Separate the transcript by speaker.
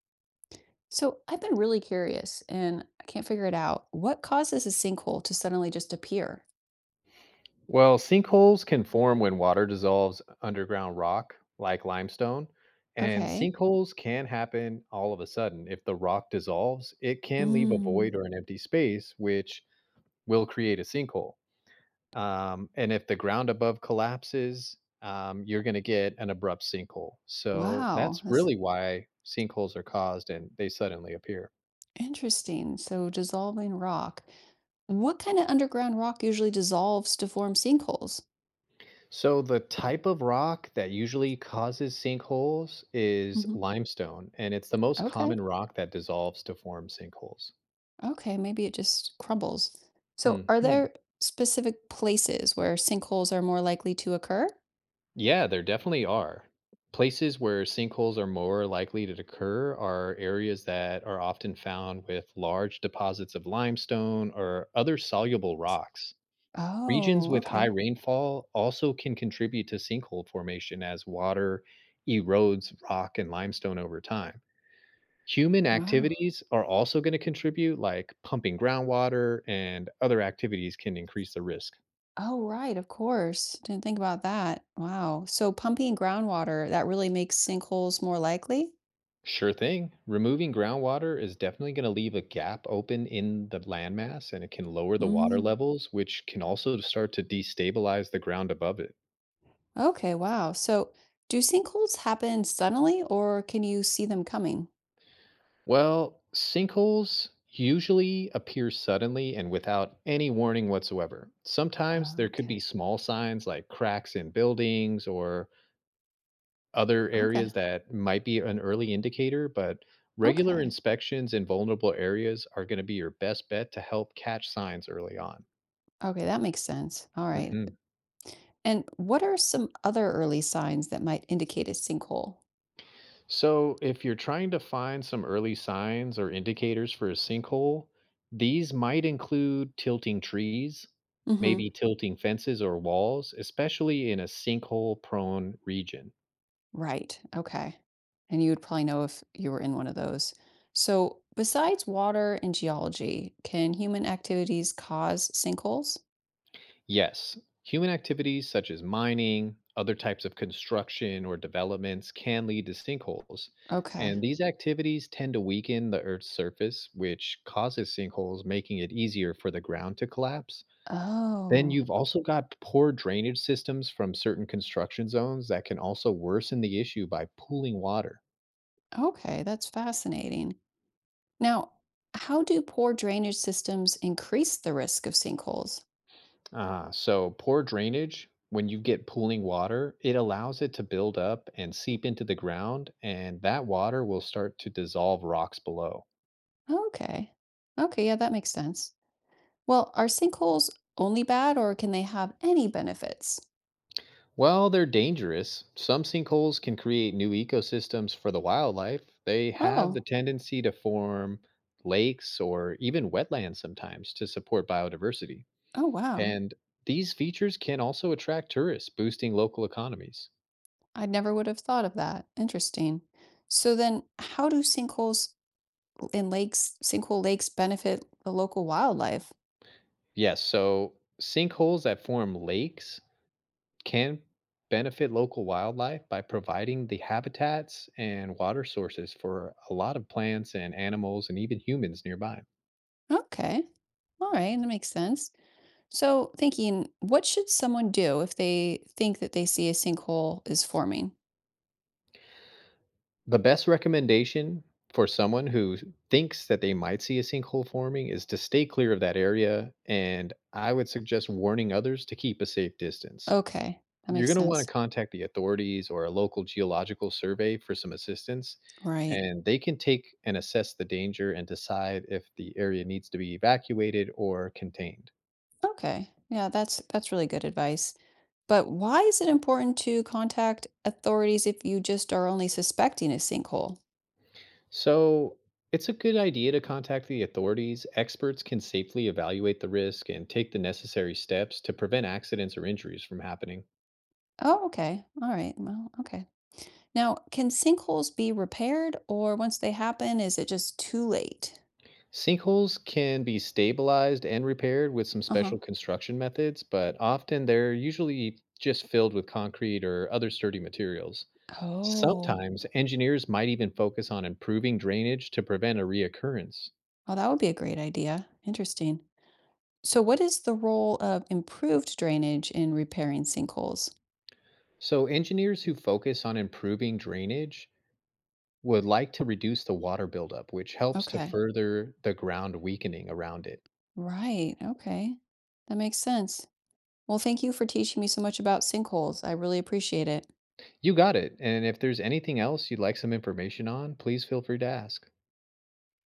Speaker 1: So I've been really curious and I can't figure it out. What causes a sinkhole to suddenly just appear?
Speaker 2: Well, sinkholes can form when water dissolves underground rock, like limestone, and
Speaker 1: Okay.
Speaker 2: sinkholes can happen all of a sudden. If the rock dissolves, it can leave a
Speaker 1: Mm,
Speaker 2: void or an empty space, which will create a sinkhole. And if the ground above collapses, you're going to get an abrupt sinkhole. So
Speaker 1: wow,
Speaker 2: that's
Speaker 1: that's
Speaker 2: really why sinkholes are caused and they suddenly appear.
Speaker 1: interesting. So dissolving rock. What kind of underground rock usually dissolves to form sinkholes?
Speaker 2: So the type of rock that usually causes sinkholes is
Speaker 1: Hmm.
Speaker 2: limestone, and it's the most
Speaker 1: Okay.
Speaker 2: common rock that dissolves to form sinkholes.
Speaker 1: Okay, maybe it just crumbles. So
Speaker 2: Hmm.
Speaker 1: are
Speaker 2: Hmm.
Speaker 1: there specific places where sinkholes are more likely to occur?
Speaker 2: Yeah, there definitely are. Places where sinkholes are more likely to occur are areas that are often found with large deposits of limestone or other soluble rocks. Regions
Speaker 1: Oh,
Speaker 2: with high
Speaker 1: okay.
Speaker 2: rainfall also can contribute to sinkhole formation as water erodes rock and limestone over time. Human
Speaker 1: Wow.
Speaker 2: activities are also going to contribute, like pumping groundwater and other activities can increase the risk.
Speaker 1: Oh, right, of course. Didn't think about that. Wow. So pumping groundwater, that really makes sinkholes more likely?
Speaker 2: Sure thing. Removing groundwater is definitely going to leave a gap open in the landmass and it can lower the water
Speaker 1: Mm.
Speaker 2: levels, which can also start to destabilize the ground above it.
Speaker 1: Okay, wow. So do sinkholes happen suddenly or can you see them coming?
Speaker 2: Well, sinkholes usually appear suddenly and without any warning whatsoever. Sometimes
Speaker 1: Oh,
Speaker 2: there could
Speaker 1: okay.
Speaker 2: be small signs like cracks in buildings or other
Speaker 1: Okay.
Speaker 2: areas that might be an early indicator, but regular
Speaker 1: Okay.
Speaker 2: inspections in vulnerable areas are going to be your best bet to help catch signs early on.
Speaker 1: Okay, that makes sense. All right.
Speaker 2: Hmm.
Speaker 1: And what are some other early signs that might indicate a sinkhole?
Speaker 2: So, if you're trying to find some early signs or indicators for a sinkhole, these might include tilting trees, maybe tilting fences or walls, especially in a sinkhole prone region.
Speaker 1: Right. Okay. And you would probably know if you were in one of those. So, besides water and geology, can human activities cause sinkholes?
Speaker 2: Yes, human activities such as mining, other types of construction or developments can lead to sinkholes.
Speaker 1: Okay.
Speaker 2: And these activities tend to weaken the Earth's surface, which causes sinkholes, making it easier for the ground to collapse. Then
Speaker 1: Oh,
Speaker 2: you've also got poor drainage systems from certain construction zones that can also worsen the issue by pooling water.
Speaker 1: okay. That's fascinating. Now, how do poor drainage systems increase the risk of sinkholes?
Speaker 2: So poor drainage, when you get pooling water, it allows it to build up and seep into the ground, and that water will start to dissolve rocks below.
Speaker 1: Okay. Okay, yeah, that makes sense. Well, are sinkholes only bad or can they have any benefits?
Speaker 2: While they're dangerous, some sinkholes can create new ecosystems for the wildlife. They have the
Speaker 1: Oh.
Speaker 2: tendency to form lakes or even wetlands sometimes to support biodiversity.
Speaker 1: Oh, wow.
Speaker 2: And these features can also attract tourists, boosting local economies.
Speaker 1: I never would have thought of that. Interesting. So then how do sinkholes in lakes, sinkhole lakes benefit the local wildlife?
Speaker 2: Yes, so sinkholes that form lakes can benefit local wildlife by providing the habitats and water sources for a lot of plants and animals and even humans nearby.
Speaker 1: Okay. All right, that makes sense. So thinking, what should someone do if they think that they see a sinkhole is forming?
Speaker 2: The best recommendation for someone who thinks that they might see a sinkhole forming is to stay clear of that area, and I would suggest warning others to keep a safe distance.
Speaker 1: Okay, that
Speaker 2: You're
Speaker 1: makes
Speaker 2: going to
Speaker 1: sense.
Speaker 2: want to contact the authorities or a local geological survey for some assistance,
Speaker 1: Right.
Speaker 2: and they can take and assess the danger and decide if the area needs to be evacuated or contained.
Speaker 1: Okay. Yeah, that's really good advice. But why is it important to contact authorities if you just are only suspecting a sinkhole?
Speaker 2: So, it's a good idea to contact the authorities. Experts can safely evaluate the risk and take the necessary steps to prevent accidents or injuries from happening.
Speaker 1: Oh, okay. All right. Well, okay. Now, can sinkholes be repaired, or once they happen, is it just too late?
Speaker 2: Sinkholes can be stabilized and repaired with some
Speaker 1: Uh huh.
Speaker 2: special construction methods, but often they're usually just filled with concrete or other sturdy materials.
Speaker 1: Oh,
Speaker 2: Sometimes engineers might even focus on improving drainage to prevent a reoccurrence.
Speaker 1: well, that would be a great idea. Interesting. So what is the role of improved drainage in repairing sinkholes?
Speaker 2: So, engineers who focus on improving drainage would like to reduce the water buildup, which helps to
Speaker 1: Okay.
Speaker 2: further the ground weakening around it.
Speaker 1: Right. Okay. That makes sense. Well, thank you for teaching me so much about sinkholes. I really appreciate it.
Speaker 2: You got it. And if there's anything else you'd like some information on, please feel free to ask.